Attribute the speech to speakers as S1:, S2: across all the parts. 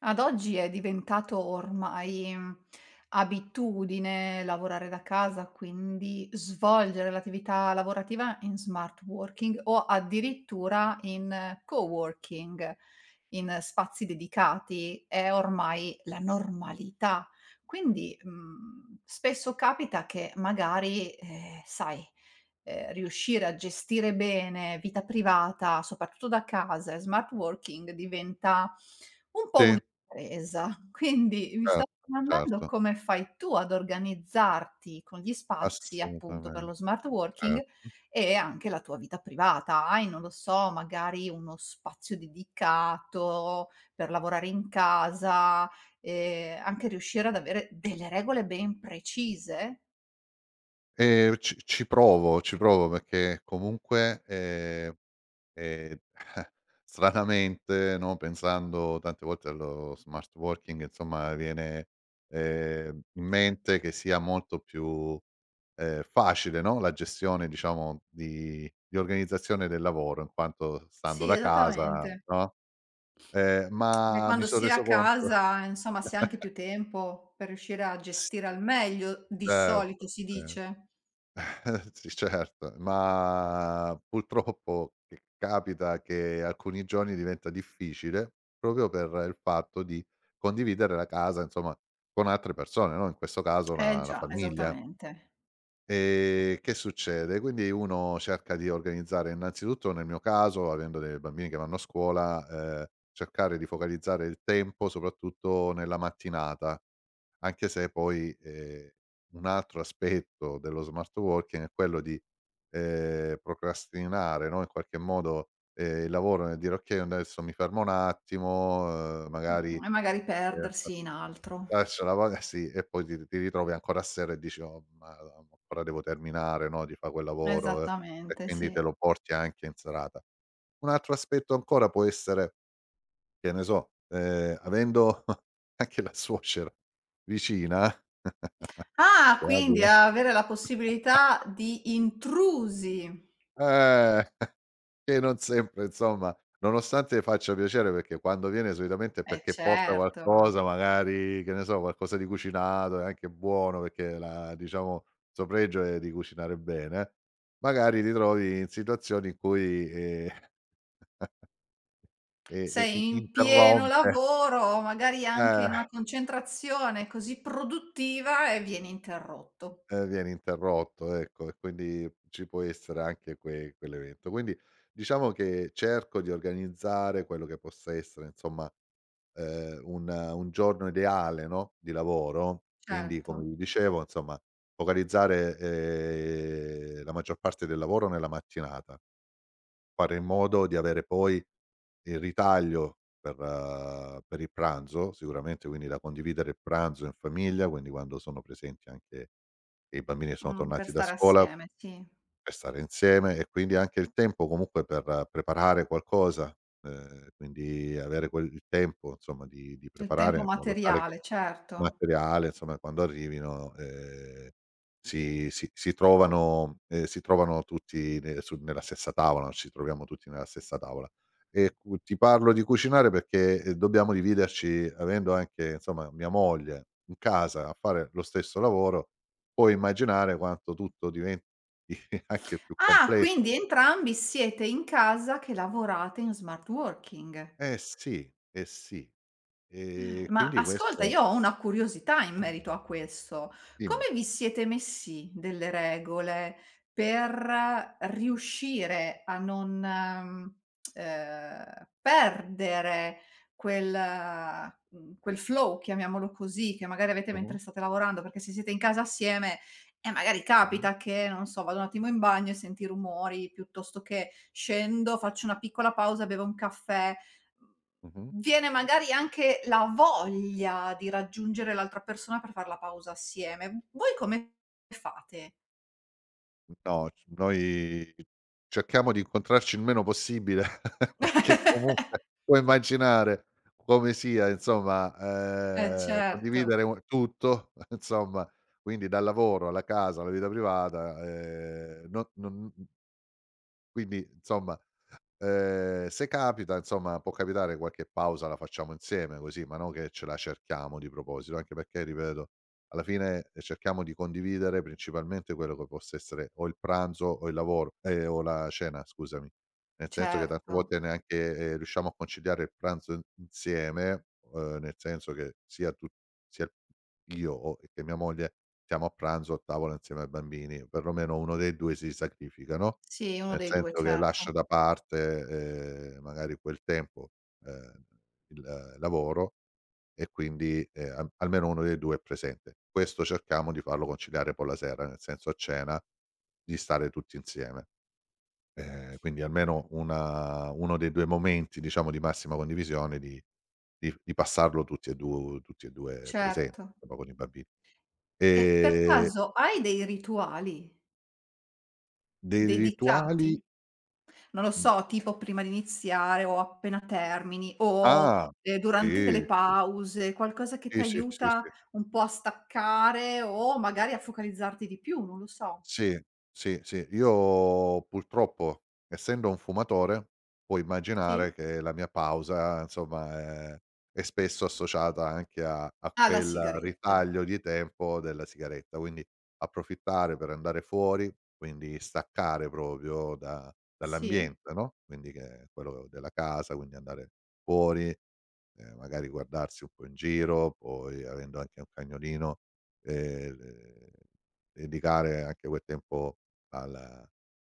S1: Ad oggi è diventato ormai, abitudine lavorare da casa, quindi svolgere l'attività lavorativa in smart working o addirittura in coworking, in spazi dedicati, è ormai la normalità. Quindi, spesso capita che magari, sai riuscire a gestire bene vita privata, soprattutto da casa e smart working diventa un po'
S2: Sì,
S1: un'impresa. Quindi mi stavo
S2: certo,
S1: domandando
S2: certo,
S1: come fai tu ad organizzarti con gli spazi, appunto, per
S2: assolutamente,
S1: lo smart
S2: cer
S1: working e anche la tua vita privata. Hai, non lo so, magari uno spazio dedicato per lavorare in casa, anche riuscire ad avere delle regole ben precise?
S2: ci provo, ci provo perché comunque, ehm, stranamente, no, pensando tante volte allo smart working, insomma, viene, in mente che sia molto più, facile, no, la gestione diciamo di organizzazione del lavoro, in quanto stando
S1: Sì,
S2: da casa,
S1: esattamente.
S2: no,
S1: E
S2: ma mi
S1: quando
S2: son
S1: si è a
S2: reso conto.
S1: casa, insomma, si ha anche più tempo per riuscire a
S2: s
S1: gestire al meglio, di solito
S2: Certo,
S1: si
S2: cer
S1: dice.
S2: Eh sì, certo, ma purtroppo che capita che alcuni giorni diventa difficile proprio per il fatto di condividere la casa, insomma, con altre persone, no, in questo caso
S1: Eh
S2: la
S1: già,
S2: famiglia.
S1: esattamente.
S2: Che succede? Quindi uno cerca di organizzare innanzitutto nel mio caso, avendo dei bambini che vanno a scuola, cercare di focalizzare il tempo soprattutto nella mattinata. Anche se poi, un altro aspetto dello smart working è quello di, procrastinare, no, in qualche modo, il lavoro nel dire: "Okay, adesso mi fermo un attimo", magari,
S1: E magari
S2: ehm,
S1: perdersi in altro.
S2: faccio la va sì, e poi ti ritrovi ancora a sera e dici: "Oh, ma ancora devo terminare, no, di fa' quel lavoro", e
S1: Esattamente,
S2: quindi te
S1: sì.
S2: lo porti anche in serata. Un altro aspetto ancora può essere, che ne so, avendo anche la suocera vicina.
S1: Ah, quindi
S2: Capita.
S1: avere la possibilità di intrusi.
S2: Eh, che non sempre insomma, nonostante faccia piacere perché quando viene solitamente è
S1: Eh
S2: perché porta
S1: certo.
S2: qualcosa magari, che ne so, qualcosa di cucinato e anche buono perché la diciamo, il suo pregio è di cucinare bene, magari ti trovi in situazioni in cui, e i
S1: Sei in pieno
S2: interrompe.
S1: lavoro, magari anche
S2: Eh.
S1: in una concentrazione così produttiva e vieni interrotto.
S2: Viene interrotto, ecco, e quindi ci può essere anche quell'evento. Quindi diciamo che cerco di organizzare quello che possa essere, insomma, un giorno ideale, no, di lavoro, quindi come
S1: Certo.
S2: vi dicevo, insomma, focalizzare, la maggior parte del lavoro nella mattinata, fare in modo di avere poi il ritaglio per il pranzo sicuramente, quindi da condividere il pranzo in famiglia, quindi quando sono presenti anche i bambini sono
S1: Per
S2: tornati da
S1: stare
S2: scuola
S1: assieme, sì.
S2: per stare insieme e quindi anche il tempo comunque per preparare qualcosa, quindi avere quel il tempo insomma di
S1: Il
S2: preparare
S1: tempo
S2: in modo tale che
S1: materiale, certo.
S2: materiale, insomma quando arrivino, si trovano si trovano tutti ne su nella stessa tavola, ci troviamo tutti nella stessa tavola. E cu ti parlo di cucinare perché, dobbiamo dividerci avendo anche, insomma, mia moglie in casa a fare lo stesso lavoro, puoi immaginare quanto tutto diventi anche più
S1: Ah, quindi
S2: complesso.
S1: entrambi siete in casa che lavorate in smart working.
S2: Eh sì, eh sì.
S1: Ma
S2: Quindi
S1: ascolta,
S2: questo.
S1: io ho una curiosità in merito a questo.
S2: Dimmi.
S1: Come vi siete messi delle regole per riuscire a non, perdere quel quel flow, chiamiamolo così, che magari avete
S2: Mh-mh,
S1: mentre state lavorando? Perché se siete in casa assieme, magari
S2: mh-mh,
S1: capita che, non so, vado un attimo in bagno e senti i rumori, piuttosto che scendo, faccio una piccola pausa, bevo un caffè. Mhmm,
S2: mh-mh.
S1: viene magari anche la voglia di raggiungere l'altra persona per far la pausa assieme. Voi come fate?
S2: No, c noi cerchiamo di incontrarci il meno possibile. Perché comunque puoi immaginare come sia
S1: Eh
S2: insomma,
S1: certo,
S2: condividere u tutto insomma, quindi dal lavoro alla casa, alla vita privata, non quindi insomma. Se capita, insomma, può capitare qualche pausa la facciamo insieme così, ma non che ce la cerchiamo di proposito, anche perché ripeto, alla fine, cerchiamo di condividere principalmente quello che possa essere o il pranzo o il lavoro o la cena scusami. Nel senso che tante
S1: certo.
S2: volte neanche, riusciamo a conciliare il pranzo in insieme, nel senso che sia tu sia io o che mia moglie siamo a pranzo a tavola insieme ai bambini, perlomeno uno dei 2 si sacrifica, no?
S1: Sì, uno
S2: Nel
S1: dei 2,
S2: senso che lascia
S1: certo.
S2: da parte, magari quel tempo, ehm, il lavoro e quindi, al almeno uno dei 2 è presente. Questo cerchiamo di farlo conciliare poi la sera, nel senso a cena di stare tutti insieme. Quindi almeno una uno dei 2 momenti, diciamo, di massima condivisione di passarlo tutti e 2 presenti,
S1: Certo.
S2: proprio con i bambini.
S1: E per
S2: Ehm,
S1: caso hai dei rituali
S2: Dei rituali?
S1: dedicati? Non lo
S2: Mh,
S1: so, tipo prima di iniziare o appena termini o,
S2: ah!
S1: durante
S2: Sì,
S1: le
S2: sì,
S1: pause, qualcosa che
S2: sì, sì, sì,
S1: t'aiuta
S2: sì.
S1: un po' a staccare o magari a focalizzarti di più, non lo so.
S2: Sì, sì, sì. Io purtroppo, essendo un fumatore, puoi immaginare
S1: Sì?
S2: che la mia pausa, insomma, è è spesso associata anche a
S1: Ah, la
S2: quel
S1: sigaretta.
S2: ritaglio di tempo della sigaretta. Quindi approfittare per andare fuori, quindi staccare proprio da
S1: Sì,
S2: dall'ambiente, no, quindi che è quello della casa, quindi andare fuori, magari guardarsi un po' in giro, poi avendo anche un cagnolino, ehm dedicare anche quel tempo al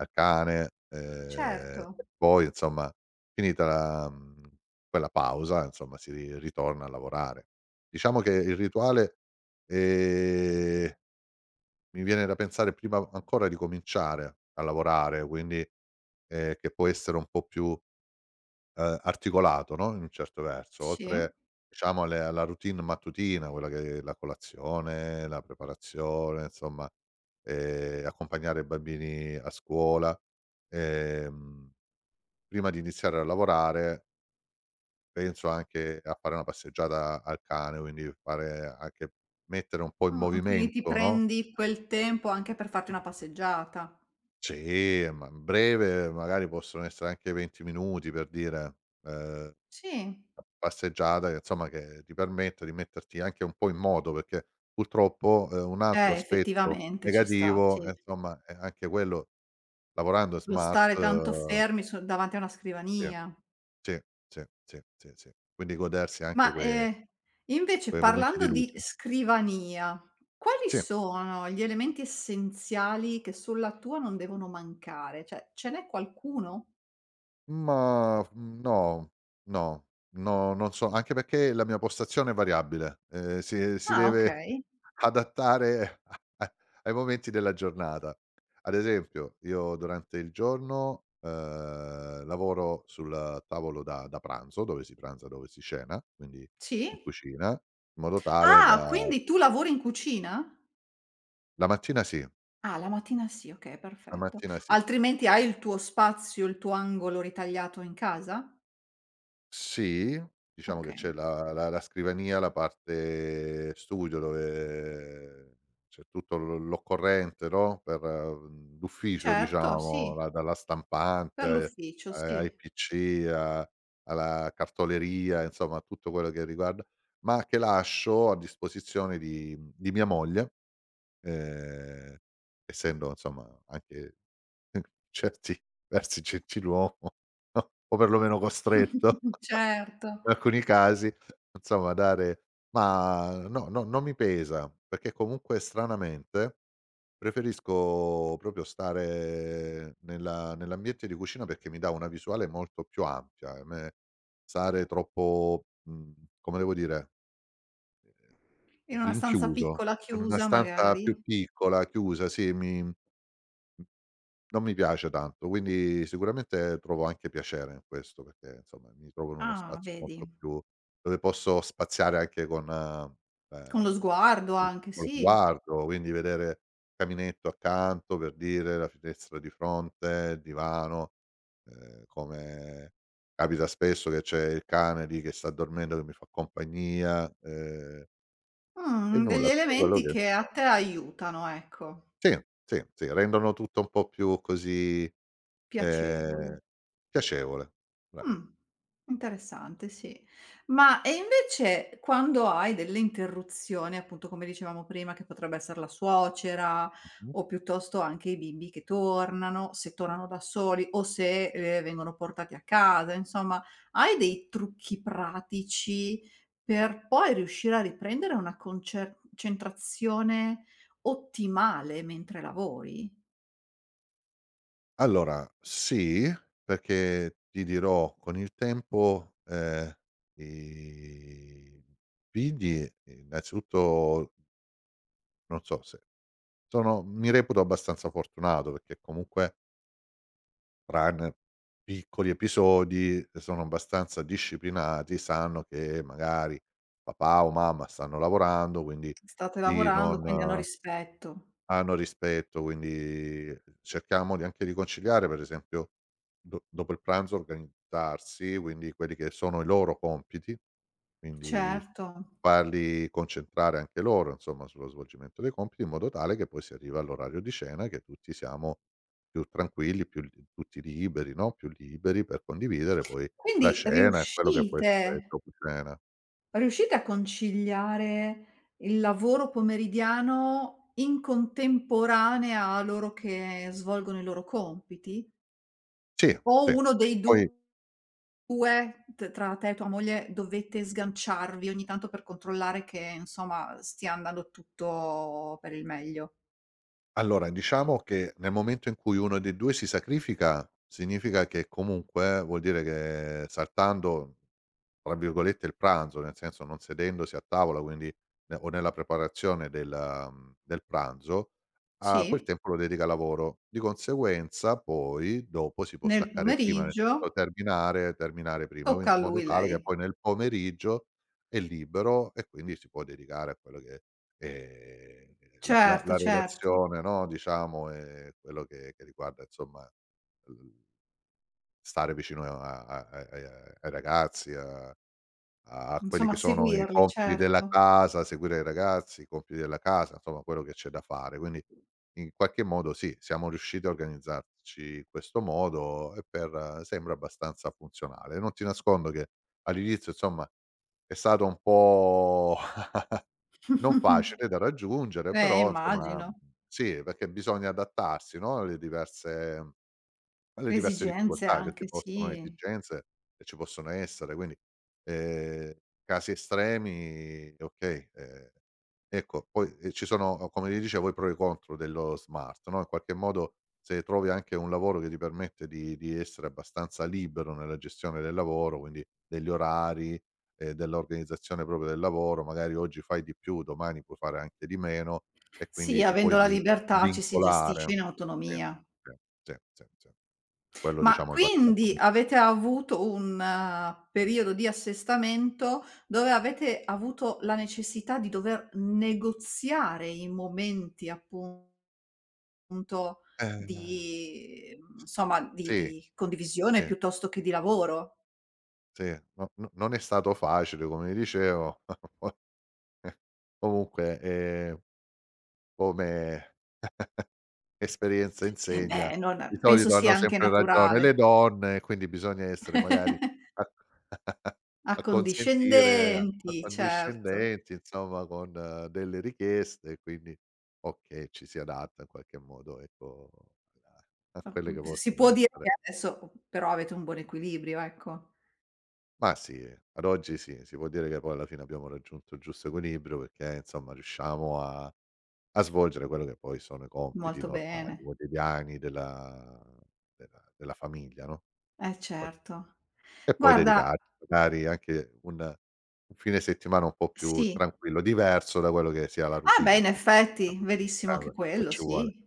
S2: al cane,
S1: certo.
S2: e poi insomma finita quella pausa insomma si ri ritorna a lavorare. Diciamo che il rituale, ehm, mi viene da pensare prima ancora di cominciare a lavorare, quindi, che può essere un po' più articolato, no, in un certo verso,
S1: Sì.
S2: oltre diciamo alle alla routine mattutina, quella che è la colazione, la preparazione, insomma, accompagnare i bambini a scuola. Ehm, Prima di iniziare a lavorare penso anche a fare una passeggiata al cane, quindi fare anche mettere un po' in
S1: Quindi ti
S2: movimento, no.
S1: prendi quel tempo anche per farti una passeggiata.
S2: Sì, ma breve magari possono essere anche 20 minuti per dire, ehm
S1: Sì.
S2: Passeggiata che insomma che ti permette di metterti anche un po' in moto, perché purtroppo, un altro aspetto
S1: Effettivamente ci sta,
S2: negativo,
S1: sì.
S2: e insomma, è anche quello lavorando
S1: Lo
S2: smart.
S1: stare tanto fermi su davanti a una
S2: Eh,
S1: scrivania.
S2: sì, sì, sì, sì, sì, sì. Quindi godersi anche
S1: Ma, invece
S2: quei momenti di
S1: parlando di
S2: luce.
S1: scrivania, quali
S2: Sì.
S1: sono gli elementi essenziali che sulla tua non devono mancare? Cioè, ce n'è qualcuno?
S2: Ma, mhmm, no, no, no, non so anche perché la mia postazione è variabile, si
S1: Ah,
S2: deve
S1: okay.
S2: adattare a a ai momenti della giornata. Ad esempio, io durante il giorno, lavoro sul tavolo da pranzo, dove si pranza, dove si cena, quindi
S1: Sì?
S2: in cucina, in modo tale da.
S1: Ah, quindi tu lavori in cucina?
S2: La mattina sì,
S1: Ah, la mattina sì, okay,
S2: la
S1: perfetto.
S2: mattina sì.
S1: Altrimenti hai il tuo spazio, il tuo angolo ritagliato in casa?
S2: Sì, diciamo che c'è
S1: Okay.
S2: la scrivania, la parte studio dove c'è tutto l'occorrente, no, per l'ufficio
S1: Certo,
S2: diciamo,
S1: sì,
S2: la dalla
S1: per
S2: stampante,
S1: l'ufficio,
S2: ai
S1: sì.
S2: PC, a alla cartoleria, insomma tutto quello che riguarda ma che lascio a disposizione di mia moglie, ehm, essendo insomma anche certi versi gentiluomo, o perlomeno costretto.
S1: Certo,
S2: In alcuni casi, insomma dare ma no, no, non mi pesa, perché comunque stranamente preferisco proprio stare nella nell'ambiente di cucina perché mi dà una visuale molto più ampia. A me stare troppo, come devo dire, ehm,
S1: in una stanza
S2: rinchiuso
S1: piccola
S2: in una
S1: chiusa
S2: stanza
S1: magari.
S2: più piccola, chiusa, sì, mi non mi piace tanto, quindi sicuramente trovo anche piacere in questo, perché insomma mi trovo in uno
S1: Ah,
S2: spazio molto
S1: vedi,
S2: più dove posso spaziare anche con,
S1: con lo sguardo
S2: il
S1: anche,
S2: lo
S1: sì.
S2: sguardo, quindi vedere il caminetto accanto per dire, la finestra di fronte, il divano, come capita spesso che c'è il cane lì che sta dormendo, che mi fa compagnia, e
S1: Degli
S2: nulla, tutto quello
S1: elementi
S2: che
S1: che a
S2: insomma
S1: te aiutano, ecco,
S2: sì, sì, sì, rendono tutto un po' più così. Ehm,
S1: piacevole.
S2: Piacevole, bravo.
S1: Mh, interessante, sì. Ma e invece quando hai delle interruzioni, appunto come dicevamo prima, che potrebbe essere la suocera
S2: Mh-mh.
S1: o piuttosto anche i bimbi che tornano, se tornano da soli o se, vengono portati a casa, insomma, hai dei trucchi pratici per poi riuscire a riprendere una concer centrazione ottimale mentre lavori?
S2: Allora, sì, perché ti dirò con il tempo, i figli innanzitutto non so se sono mi reputo abbastanza fortunato perché comunque tranne piccoli episodi sono abbastanza disciplinati, sanno che magari papà o mamma stanno lavorando, quindi
S1: State
S2: di
S1: lavorando,
S2: non
S1: quindi hanno rispetto.
S2: hanno rispetto, quindi cerchiamo di anche di conciliare, per esempio, do dopo il pranzo organizzarsi, quindi quelli che sono i loro compiti, quindi
S1: Certo.
S2: farli concentrare anche loro, insomma, sullo svolgimento dei compiti, in modo tale che poi si arriva all'orario di cena, che tutti siamo più tranquilli, più li tutti liberi, no, più liberi per condividere poi la
S1: Quindi
S2: cena e quello che può essere il
S1: riuscite
S2: dopo cena.
S1: riuscite a conciliare il lavoro pomeridiano in contemporanea a loro che svolgono i loro compiti?
S2: Sì, sì,
S1: O
S2: sì.
S1: uno dei
S2: Poi
S1: 2 t tra te e tua moglie dovete sganciarvi ogni tanto per controllare che, insomma, stia andando tutto per il meglio?
S2: allora, diciamo che nel momento in cui uno dei 2 si sacrifica, significa che comunque vuol dire che saltando tra virgolette "il pranzo", nel senso non sedendosi a tavola, quindi ne o nella preparazione del pranzo, ha quel
S1: Sì?
S2: tempo lo dedica al lavoro. Di conseguenza poi dopo si può
S1: Nel
S2: staccare prima, nel
S1: pomeriggio
S2: senso terminare prima, quindi
S1: tocca a
S2: in modo
S1: lui,
S2: tale
S1: lei.
S2: che poi nel pomeriggio è libero e quindi si può dedicare a quello che è la la
S1: Certo,
S2: la
S1: certo.
S2: relazione, no, diciamo, e quello che riguarda insomma, l stare vicino a a a ai ai ragazzi, a quelli
S1: Insomma
S2: che sono i
S1: seguirli,
S2: compiti della
S1: certo.
S2: casa, seguire i ragazzi, i compiti della casa, insomma quello che c'è da fare. Quindi in qualche modo sì, siamo riusciti a organizzarci in questo modo e per sembra abbastanza funzionale. Non ti nascondo che all'inizio insomma è stato un po' non facile da raggiungere, però insomma
S1: Immagino.
S2: sì, perché bisogna adattarsi, no, alle diverse
S1: Esigenze
S2: difficoltà che si
S1: anche,
S2: possono
S1: sì.
S2: esigenze che ci possono essere, quindi, ehm, casi estremi okay, ecco poi, ci sono come ti dicevo i pro e i contro dello smart, no, in qualche modo se trovi anche un lavoro che ti permette di essere abbastanza libero nella gestione del lavoro, quindi degli orari, dell'organizzazione proprio del lavoro, magari oggi fai di più, domani puoi fare anche di meno e
S1: Sì,
S2: quindi ti puoi
S1: avendo la
S2: svi
S1: libertà ci si gestisce
S2: vincolare.
S1: in
S2: Sì,
S1: autonomia.
S2: sì, sì, sì, sì. Quello
S1: Ma
S2: diciamo è il vantaggio
S1: quindi
S2: principale.
S1: avete avuto un periodo di assestamento dove avete avuto la necessità di dover negoziare i momenti appunto
S2: Eh.
S1: di insomma di
S2: Sì,
S1: di condivisione
S2: sì,
S1: piuttosto che di lavoro?
S2: sì, no, no, non è stato facile come dicevo, poi comunque, come esperienza
S1: Eh
S2: insegna,
S1: beh,
S2: di
S1: non penso
S2: solito hanno
S1: sia anche
S2: sempre ragione le
S1: naturale.
S2: donne, quindi bisogna essere magari a a consentire, a
S1: Accondiscendenti, certo.
S2: accondiscendenti insomma con delle richieste, quindi okay, ci si adatta in qualche modo ecco a a
S1: O
S2: quelle che
S1: si
S2: possono
S1: può dire che
S2: essere.
S1: adesso però avete un buon equilibrio, ecco.
S2: Ma sì, ad oggi sì, si può dire che poi alla fine abbiamo raggiunto il giusto equilibrio perché, insomma, riusciamo a svolgere quello che poi sono i compiti
S1: Molto
S2: normali,
S1: bene.
S2: quotidiani della famiglia, no, poi
S1: Certo.
S2: e poi
S1: Guarda
S2: dedicarci magari anche un fine settimana un po' più
S1: sì.
S2: tranquillo, diverso da quello che sia la
S1: Ah beh,
S2: routine.
S1: in effetti, verissimo
S2: Eh
S1: anche
S2: beh, poi
S1: quello,
S2: ci vuole.
S1: sì.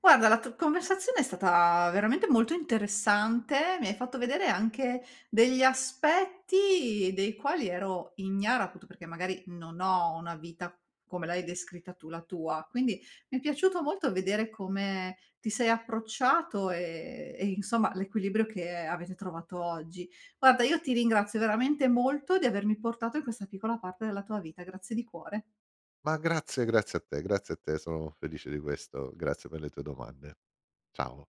S1: Guarda, la t conversazione è stata veramente molto interessante, mi hai fatto vedere anche degli aspetti dei quali ero ignara, appunto perché magari non ho una vita come l'hai descritta tu, la tua. Quindi mi è piaciuto molto vedere come ti sei approcciato e insomma l'equilibrio che avete trovato oggi. Guarda, io ti ringrazio veramente molto di avermi portato in questa piccola parte della tua vita. Grazie di cuore.
S2: Ma grazie, grazie a te, sono felice di questo. Grazie per le tue domande. Ciao.